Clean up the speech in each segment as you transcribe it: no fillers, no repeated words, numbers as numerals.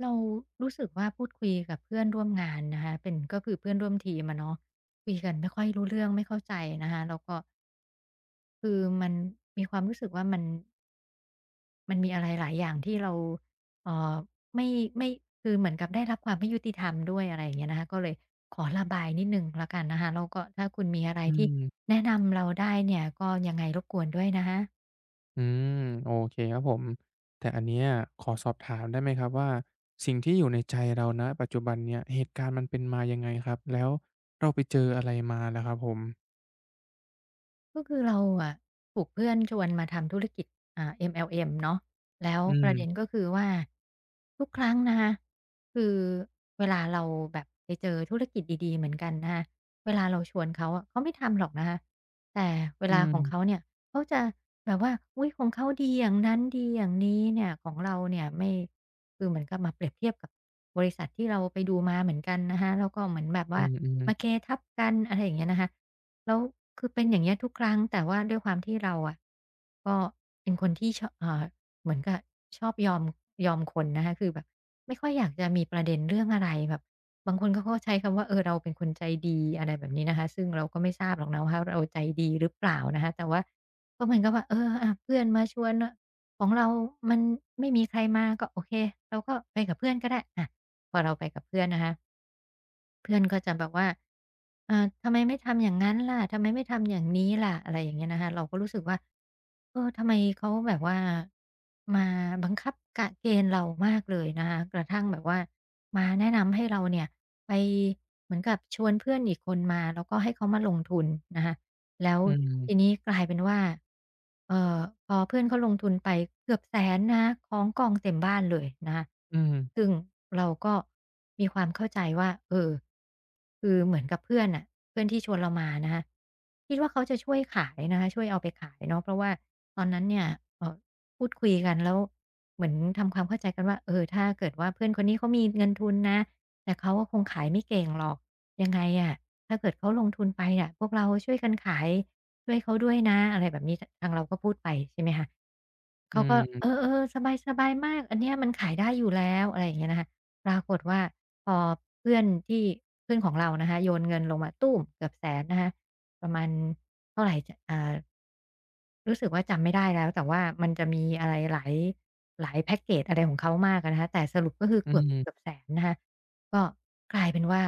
เรารู้สึกว่าพูดคุยกับเพื่อนร่วมงานนะคะเป็นก็คือเพื่อนร่วมทีมอะเนาะคุยกันไม่ค่อยรู้เรื่องไม่เข้าใจนะคะแล้วก็คือมันมีความรู้สึกว่ามันมีอะไรหลายอย่างที่เราเอ่อไม่ไม่คือเหมือนกับได้รับความไม่ยุติธรรมด้วยอะไรอย่างเงี้ยนะคะก็เลยขอระบายนิดหนึ่งแล้วกันนะคะแล้วก็ถ้าคุณมีอะไรอืที่ม แนะนำเราได้เนี่ยก็ยังไงรบกวนด้วยนะคะ อืม โอเคครับผม แต่อันเนี้ยขอสอบถามได้ไหมครับว่าสิ่งที่อยู่ในใจเราณปัจจุบันเนี่ยเหตุการณ์มันเป็นมายังไงครับแล้วเราไปเจออะไรมาล่ะครับผมก็คือเราอะถูกเพื่อนชวนมาทำธุรกิจอ่า MLM เนาะแล้วอืประเด็นม ก็คือว่าทุกครั้งนะคะคือเวลาเราแบบไปเจอธุรกิจดีๆเหมือนกันนะคะเวลาเราชวนเขาอะเขาไม่ทำหรอกนะคะแต่เวอืลาม ของเขาเนี่ยเขาจะแบบว่าอุ๊ยของเขาดีอย่างนั้นดีอย่างนี้เนี่ยของเราเนี่ยไม่คือเหมือนกับมาเปรียบเทียบกับบริษัทที่เราไปดูมาเหมือนกันนะคะแล้วก็เหมือนแบบอืว่ามาเคมทับกันอะไรอย่างเงี้ยนะคะ แล้วคือเป็นอย่างเงี้ยทุกครั้งแต่ว่าด้วยความที่เราอะก็เป็นคนที่ชอเหมือนกับชอบยอมคนนะคะคือแบบไม่ค่อยอยากจะมีประเด็นเรื่องอะไรแบบบางคนเขาก็ใช้คำว่าเออเราเป็นคนใจดีอะไรแบบนี้นะคะซึ่งเราก็ไม่ทราบหรอกนะว่าเราใจดีหรือเปล่านะคะแต่ว่าก็เหมือนกับว่าเอออะเพื่อนมาชวนอของเรามันไม่มีใครมาก็โอเคเราก็ไปกับเพื่อนก็ได้อะพอเราไปกับเพื่อนนะคะ เพื่อนก็จะแบบว่าเออทำไมไม่ทำอย่างงั้นล่ะทำไมไม่ทำอย่างนี้ล่ะอะไรอย่างเงี้ยนะคะ เราก็รู้สึกว่าเออทำไมเขาแบบว่ามาบังคับกะเกณฑ์เรามากเลยนะคะกระทั่งแบบว่ามาแนะนำให้เราเนี่ยไปเหมือนกับชวนเพื่อนอีกคนมาแล้วก็ให้เขามาลงทุนนะคะ แล้วอืทีมนี้กลายเป็นว่าเอ่อพอเพื่อนเขาลงทุนไปเกือบแสนนะคะของกองเต็มบ้านเลยนะคะอืมซึ่งเราก็มีความเข้าใจว่าเออคือเหมือนกับเพื่อนน่ะเพื่อนที่ชวนเรามานะคะคิดว่าเขาจะช่วยขายนะคะช่วยเอาไปขายเนาะเพราะว่าตอนนั้นเนี่ยเอ่อพูดคุยกันแล้วเหมือนทำความเข้าใจกันว่าเออถ้าเกิดว่าเพื่อนคนนี้เขามีเงินทุนนะแต่เขาก็คงขายไม่เก่งหรอกยังไงอะ ถ้าเกิดเขาลงทุนไปเนี่ยพวกเราช่วยกันขายช่วยเขาด้วยนะอะไรแบบนี้ททางเราก็พูดไปใช่ไหมคะอืเขาก็เอมอๆสบายๆมากอันเนี้ยมันขายได้อยู่แล้วอะไรอย่างเงี้ยนะคะปรากฏว่าพอเพื่อนที่เพื่อนของเรานะคะโยนเงินลงมาตู้มเกือบแสนนะคะประมาณเท่าไรจรู้สึกว่าจำไม่ได้แล้วแต่ว่ามันจะมีอะไรหลายแพ็กเกจอะไรของเขามากอะนะคะแต่สรุปก็คืออืมเกือบอืมเกือบแสนนะคะก็กลายเป็นว่า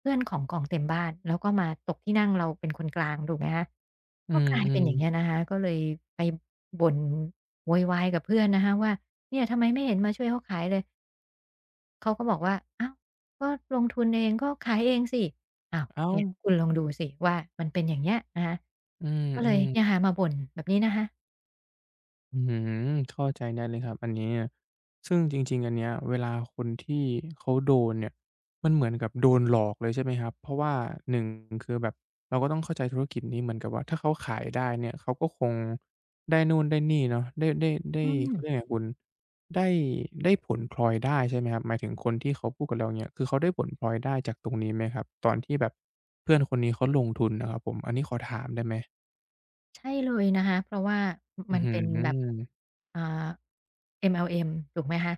เพื่อนของกองเต็มบ้านแล้วก็มาตกที่นั่งเราเป็นคนกลางถูกไหมคะอืก็มกลายอืเป็มนอย่างเงี้ยนะคะก็เลยไปบ่นโวยวายกับเพื่อนนะคะว่าเนี่ยทำไมไม่เห็นมาช่วยเขาขายเลย เขาก็บอกว่าอ้าวก็ลงทุนเองก็ขายเองสิอ้าวๆอ้าวเนี่ยคุณลองดูสิว่ามันเป็นอย่างเงี้ยนะคะอืก็เลยมเนี่ยๆ ค่ะมาบ่นแบบนี้นะคะอืมเข้าใจได้เลยครับอันนี้ซึ่งจริงๆอันเนี้ยเวลาคนที่เขาโดนเนี่ยมันเหมือนกับโดนหลอกเลยใช่ไหมครับเพราะว่าหนึ่งคือแบบเราก็ต้องเข้าใจธุรกิจนี้เหมือนกับว่าถ้าเขาขายได้เนี่ยเขาก็คงได้นู่นได้นี่เนาะได้อืม เขาเรียกไงคุณได้ได้ผลพลอยได้ใช่ไหมครับหมายถึงคนที่เขาพูดกับเราเนี้ยคือเขาได้ผลพลอยได้จากตรงนี้ไหมครับตอนที่แบบเพื่อนคนนี้เขาลงทุนน่ะครับผมอันนี้ขอถามได้ไหมใช่เลยนะคะเพราะว่าอื้อมันฮืเป็นแบบออ่า MLM ถูกไหมคะ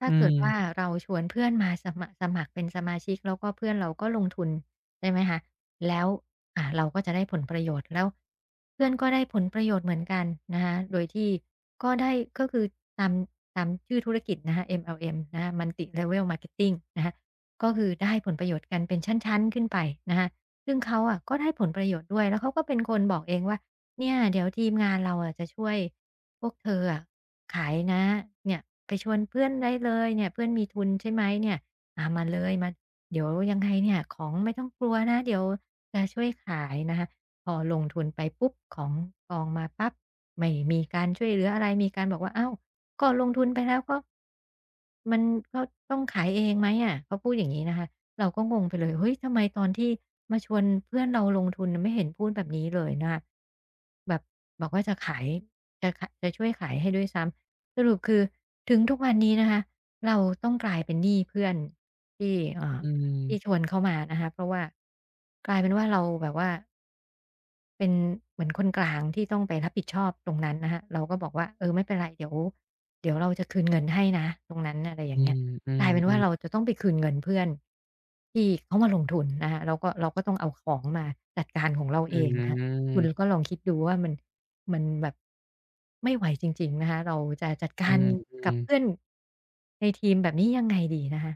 ถ้าอืเกิดว่ามเราชวนเพื่อนมาสมัครเป็นสมาชิกแล้วก็เพื่อนเราก็ลงทุนใช่ไหมคะแล้วเราก็จะได้ผลประโยชน์แล้วเพื่อนก็ได้ผลประโยชน์เหมือนกันนะคะโดยที่ก็ได้ก็คือตามตามชื่อธุรกิจนะคะ MLM นะคะ Multi Level Marketing นะคะก็คือได้ผลประโยชน์กันเป็นชั้นๆขึ้นไปนะคะซึ่งเขาอะก็ได้ผลประโยชน์ด้วยแล้วเขาก็เป็นคนบอกเองว่า เนี่ยเดี๋ยวทีมงานเราอะจะช่วยพวกเธออะขายนะเนี่ยไปชวนเพื่อนได้เลยเนี่ยเพื่อนมีทุนใช่ไหมเนี่ยอามาเลยมาเดี๋ยวยังไงเนี่ยของไม่ต้องกลัวนะเดี๋ยวจะช่วยขายนะคะพอลงทุนไปปุ๊บของกองมาปั๊บไม่มีการช่วยเหลืออะไรมีการบอกว่าเอ้าว ก็ลงทุนไปแล้วก็มันก็ต้องขายเองไหมอะเขาพูดอย่างงี้นะคะเราก็งงไปเลยเฮ้ยทำไมตอนที่มาชวนเพื่อนเราลงทุนน่ะไม่เห็นพูดแบบนี้เลยนะคะแบบบอกว่าจะขายจะช่วยขายให้ด้วยซ้ำสรุปคือถึงทุกวันนี้นะคะเราต้องกลายเป็นหนี้เพื่อนที่อืที่ชม วนเขามานะคะเพราะว่ากลายเป็นว่าเราแบบว่า เป็นเหมือนคนกลางที่ต้องไปรับผิดชอบตรงนั้นนะครเราก็บอกว่าเออไม่เป็นไรเดี๋ยวเราจะคืนเงินให้นะตรงนั้นอะไรออืย่างเงี้มยอืกลายเป็นว่ามเราจะต้องไปคืนเงินเพื่อนที่เขามาลงทุนนะคะเราก็ต้องเอาของมาจัดการของเราอืเองนะคะคุมณก็ลองคิดดูว่ามันแบบไม่ไหวจริงๆนะคะเราจะจัดอืการมอืมอืกับมเพื่อนในทีมแบบนี้ยังไงดีนะคะ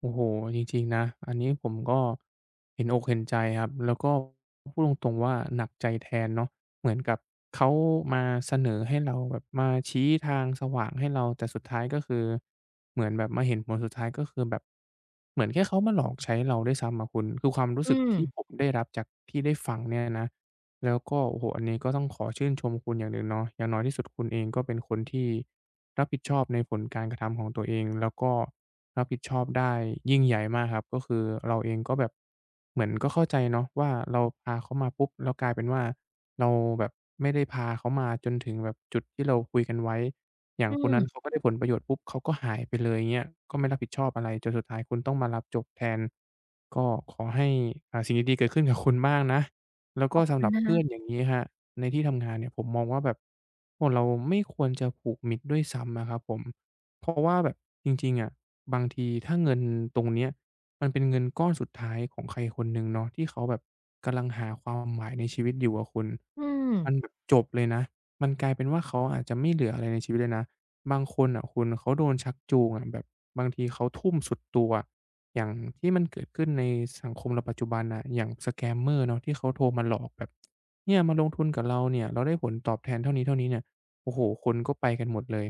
โอ้โฮจริงๆนะ อันนี้ผมก็เห็นอกเห็นใจครับ แล้วก็พูดตรงๆว่าหนักใจแทนเนาะเหมือนกับเขามาเสนอให้เราแบบมาชี้ทางสว่างให้เราแต่สุดท้ายก็คือเหมือนแบบมาเห็นผลสุดท้ายก็คือแบบเหมือนแค่เขามาหลอกใช้เราด้วยซ้ำอะคุณคือความรู้สึอืกมที่ผมได้รับจากที่ได้ฟังเนี่ยนะ แล้วก็โอ้โฮอันนี้ก็ต้องขอชื่นชมคุณอย่างหนึ่งเนาะอย่างน้อยที่สุดคุณเองก็เป็นคนที่ รับผิดชอบในผลการกระทำของตัวเองแล้วก็รับผิดชอบได้ยิ่งใหญ่มากครับก็คือเราเองก็แบบเหมือนก็เข้าใจเนาะว่าเราพาเขามาปุ๊บแล้วกลายเป็นว่าเราแบบไม่ได้พาเขามาจนถึงแบบจุดที่เราคุยกันไว้อย่างอืคนมนั้นเขาก็ได้ผลประโยชน์ปุ๊บเขาก็หายไปเลยเงี้ยก็ไม่รับผิดชอบอะไรจนสุดท้ายคุณต้องมารับจบแทนก็ขอให้สิ่งดีๆเกิดขึ้นกับคุณบ้างนะ แล้วขก็อบสำคุหณรับนะเพื่คะอนอย่างงี้ครับในที่ทำงานเนี่ยผมมองว่าแบบโอ้เราไม่ควรจะผูกมิตรด้วยซ้ำอะครับผมเพราะว่าแบบจริงๆอะบางทีถ้าเงินตรงเนี้ยมันเป็นเงินก้อนสุดท้ายของใครคนหนึ่งเนาะที่เขาแบบกำลังหาความหมายในชีวิตอยู่อะคุณอืมมันแบบจบเลยนะมันกลายเป็นว่าเขาอาจจะไม่เหลืออะไรในชีวิตเลยนะบางคนน่ะคุณเขาโดนชักจูงอะแบบบางทีเขาทุ่มสุดตัว อย่างที่มันเกิดขึ้นในสังคมเราปัจจุบันน่ะอย่าง scammer เนาะที่เขาโทรมาหลอกแบบเนี่ยมาลงทุนกับเราเนี่ยเราได้ผลตอบแทนเท่านี้เท่านี้เนี่ยโอ้โฮคนก็ไปกันหมดเลย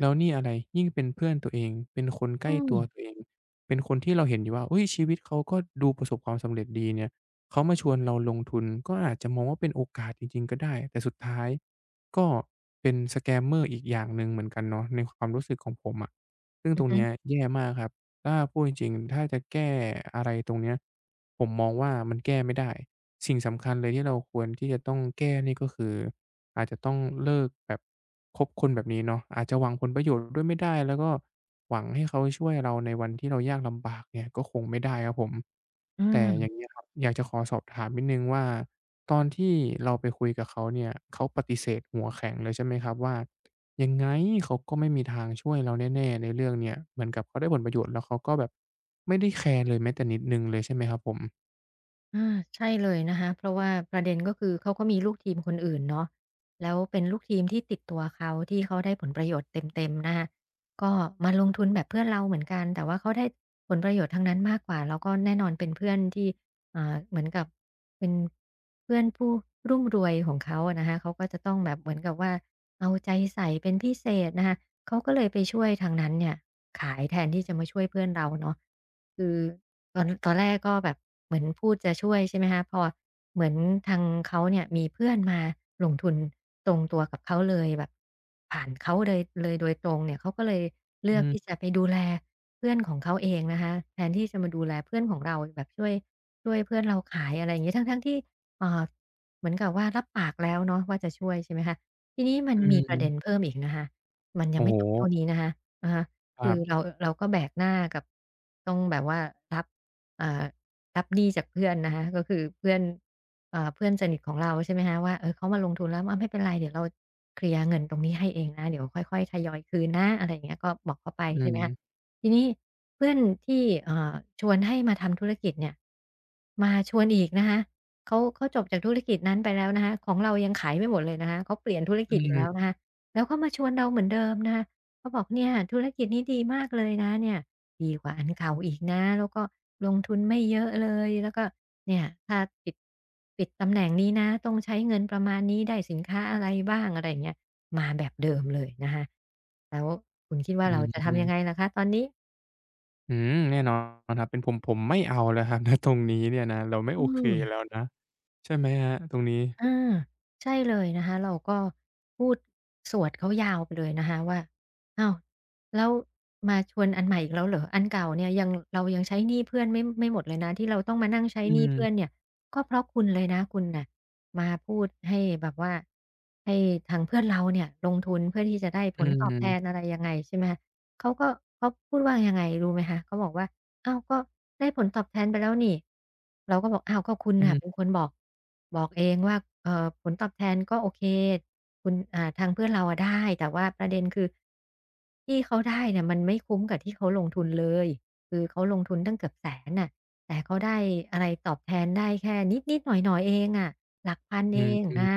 แล้วนี่อะไรยิ่งเป็นเพื่อนตัวเองเป็นคนใกล้อืมตัวตัวเองเป็นคนที่เราเห็นอยู่ว่าเฮ้ยชีวิตเขาก็ดูประสบความสำเร็จดีเนี่ยเขามาชวนเราลงทุนก็อาจจะมองว่าเป็นโอกาสจริงๆก็ได้แต่สุดท้ายก็เป็น scammer อีกอย่างหนึ่งเหมือนกันเนาะในความรู้สึกของผมอะซึ่งตอืรองฮึเนี้ยแย่มากครับ ถ้าพูดจริงๆ ถ้าจะแก้อะไรตรงเนี้ยผมมองว่ามันแก้ไม่ได้ สิ่งสำคัญเลยที่เราควรที่จะต้องแก้นี่ก็คืออาจจะต้องเลิกแบบคบคนแบบนี้เนาะอาจจะหวังผลประโยชน์ด้วยไม่ได้แล้วก็หวังให้เขาช่วยเราในวันที่เรายากลำบากเนี่ยก็คงไม่ได้ครับผมอืแต่ม อย่างเงี้ยครับอยากจะขอสอบถามนิดหนึ่งว่าตอนที่เราไปคุยกับเขาเนี่ยเขาปฏิเสธหัวแข็งเลยใช่ไหมครับว่า ยังไงเขาก็ไม่มีทางช่วยเราแน่ๆในเรื่องเนี้ยเหมือนกับเขาได้ผลประโยชน์แล้วเขาก็แบบไม่ได้แคร์เลยแม้แต่นิดหนึ่งเลยใช่ไหมครับผมอาใช่เลยนะคะเพราะว่าประเด็นก็คือเขาก็มีลูกทีมคนอื่นเนาะแล้วเป็นลูกทีมที่ติดตัวเขาที่เขาได้ผลประโยชน์เต็มๆนะคะก็มาลงทุนแบบเพื่อนเราเหมือนกันแต่ว่าเขาได้ผลประโยชน์ทั้งนั้นมากกว่าแล้วก็แน่นอนเป็นเพื่อนที่อ่าเหมือนกับเป็นเพื่อนผู้รุ่มรวยของเขาอะนะคะเขาก็จะต้องแบบเหมือนกับว่าเอาใจใส่เป็นพิเศษนะคะเขาก็เลยไปช่วยทางนั้นเนี่ยขายแทนที่จะมาช่วยเพื่อนเราเนาะคือ ตอนแรกก็แบบเหมือนพูดจะช่วยใช่ไหมคะพอเหมือนทางเขาเนี่ยมีเพื่อนมาลงทุนตรงตัวกับเขาเลยแบบผ่านเขาเลยโดยตรงเนี่ยเขาก็เลยเลืออืกที่มจะไปดูแลเพื่อนของเขาเองนะคะแทนที่จะมาดูแลเพื่อนของเราแบบช่วยเพื่อนเราขายอะไรอย่างงี้ทั้งๆที่อ่าเหมือนกับว่ารับปากแล้วเนาะว่าจะช่วยใช่ไหมคะทีนี้มันอืมีประเด็นมเพิ่มอีกนะคะมันยังโอ้ไม่โฮจบเท่านี้นะคะอะฮะคคืรัอบเราก็แบกหน้ากับต้องแบบว่ารับ อ่ารับหนี้จากเพื่อนนะคะก็คือเพื่อนเอ่าเพื่อนสนิทของเราใช่ไหมฮะว่าเออเขามาลงทุนแล้วอะไม่เป็นไรเดี๋ยวเราเคลียร์เงินตรงนี้ให้เองนะเดี๋ยวค่อยๆทยอยคืนนะอะไรอย่างเงี้ยก็บอกเขาไปอืใช่ไหมฮะมทีนี้เพื่อนที่ชวนให้มาทำธุรกิจเนี่ยมาชวนอีกนะคะเขาจบจากธุรกิจนั้นไปแล้วนะคะของเรายังขายไม่หมดเลยนะคะเขาเปลี่ยนธุรอืกิจอีกแล้วนะมคะแล้วก็มาชวนเราเหมือนเดิมนะคะเขาบอกเนี่ยธุรกิจนี้ดีมากเลยนะเนี่ย ดีกว่าอันเก่าอีกนะแล้วก็ลงทุนไม่เยอะเลยแล้วก็เนี่ยถ้าปิดปิดตำแหน่งนี้นะต้องใช้เงินประมาณนี้ได้สินค้าอะไรบ้างอะไรอย่างเงี้ยมาแบบเดิมเลยนะคะแล้วคุณคิดอืว่าเราจะทำยังไงมล่ะคะตอนนี้อืมแน่นอนครับเป็นผมไม่เอาแล้วครับณตรงนี้เนี่ยนะเราไม่อืโอเคม แล้วนะใช่ไหมครับตรงนี้อาใช่เลยนะคะเราก็พูดสวดเขายาวไปเลยนะคะว่าอ้าวแล้วมาชวนอันใหม่อีกแล้วเหรออันเก่าเนี่ยยังเรายังใช้หนี้เพื่อนไม่หมดเลยนะที่เราต้องมานั่งใช้อืหนี้เพื่อนมเนี่ยก็เพราะคุณเลยนะคุณน่ะมาพูดให้แบบว่าให้ทางเพื่อนเราเนี่ยลงทุนเพื่อที่จะได้ผอืลตอบแทนอะมไรยังไงใช่ไหม เขาก็เขาพูดว่ายังไงรู้ไหมคะเขาบอกว่าอ้าวก็ได้ผลตอบแทนไปแล้วนี่เราก็บอกอ้าวก็คุณอืน่ะมเป็นคนบอกบอกเองว่าผลตอบแทนก็โอเคคุณอ่าทางเพื่อนเราอะได้แต่ว่าประเด็นคือที่เขาได้เนี่ยมันไม่คุ้มกับที่เขาลงทุนเลยคือเขาลงทุนตั้งเกือบแสนน่ะแต่เขาได้อะไรตอบแทนได้แค่นิดๆหน่อยๆเองอะหลักพันอืเอมงอืมนะ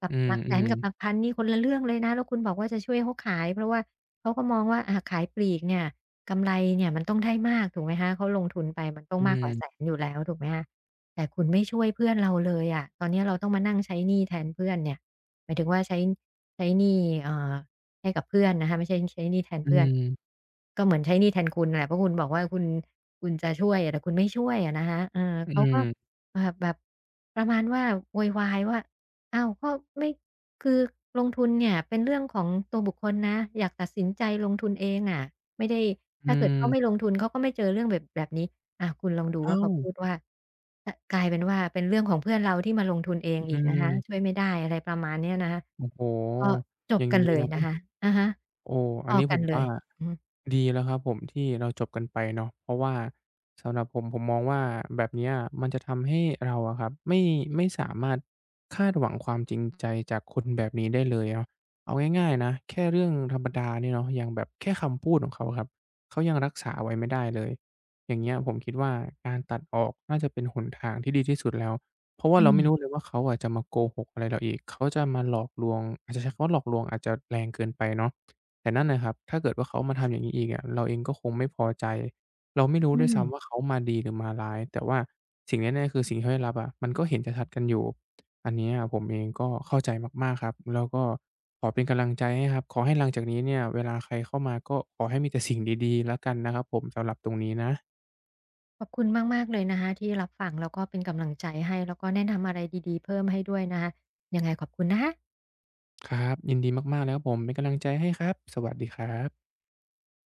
กับหลักอืแสนมกับหลักพันนี่คนละเรื่องเลยนะแล้วคุณบอกว่าจะช่วยเขาขายเพราะว่า เขาก็มองว่าอ่าขายปลีกเนี่ยกำไรเนี่ยมันต้องได้มากถูกไหมคะเขาลงทุนไปมันต้ออืงมากกว่าแสมนอยู่แล้วถูกไหมคะแต่คุณไม่ช่วยเพื่อนเราเลยอะตอนนี้เราต้องมานั่งใช้หนี้แทนเพื่อนเนี่ยหมายถึงว่าใช้หนี้เอ่อให้กับเพื่อนนะคะไม่ใช่ใช้หนี้แทนอืเพื่อนมก็เหมือนใช้หนี้แทนคุณน่ะแหละเพราะคุณบอกว่าคุณจะช่วยอะแต่คุณไม่ช่วยอะนะคะเอออืมเขาอืก็มอ่าแบบประมาณว่าโวยวายว่าอ้าวก็ไม่ คือลงทุนเนี่ยเป็นเรื่องของตัวบุคคลนะอยากตัดสินใจลงทุนเองอะไม่ได้อืถ้าเกิดมเขาไม่ลงทุนเขาก็ไม่เจอเรื่องแบบนี้อ่าคุณลองดูว่าอ้าวเขาพูดว่ากกลายเป็นว่าเป็นเรื่องของเพื่อนเราที่มาลงทุนเองอือีกนะคะมช่วยไม่ได้อะไรประมาณเนี้ยนะคะโอ้โฮก็จอบย่างกันงี้เลยนะ นะคะอะฮะโอ้พอันอนี้ผกันมเลว่ายอือฮึดีแล้วครับผมที่เราจบกันไปเนาะเพราะว่าสำหรับผมผมมองว่าแบบเนี้ยมันจะทำให้เราอะครับไม่สามารถคาดหวังความจริงใจจากคนแบบนี้ได้เลยเนาะเอาง่ายๆนะแค่เรื่องธรรมดาเนี่ยเนาะอย่างแบบแค่คำพูดของเขาอะครับเขายังรักษาไว้ไม่ได้เลยอย่างเงี้ยผมคิดว่าการตัดออกน่าจะเป็นหนทางที่ดีที่สุดแล้วเพราะว่าอืเราไม่มรู้เลยว่าเขาอะจะมาโกหกอะไรเราอีกเขาจะมาหลอกลวงอาจจะใช้คำว่าหลอกลวงอาจจะแรงเกินไปเนาะ แต่นั่นนะครับถ้าเกิดว่าเขามาทำอย่างนี้อีกอะเราเองก็คงไม่พอใจเราไม่รู้อืด้วยซ้ำว่ามเขามาดีหรือมาร้ายแต่ว่าสิ่งแน่ๆคือสิ่งที่เขาได้รับอะมันก็เห็นชัดๆกันอยู่อันเนี้ยผมเองก็เข้าใจมากๆครับแล้วก็ขอเป็นกำลังใจให้ครับขอให้หลังจากนี้เนี่ยเวลาใครเข้ามาก็ขอให้มีแต่สิ่งดีๆแล้วกันนะครับผมสำหรับตรงนี้นะขอบคุณมากๆเลยนะคะที่รับฟังแล้วก็เป็นกำลังใจให้แล้วก็แนะนำอะไรดีๆเพิ่มให้ด้วยนะคะยังไงขอบคุณนะคะครับยินดีมากๆเลยครับผมเป็นกำลังใจให้ครับสวัสดีครับ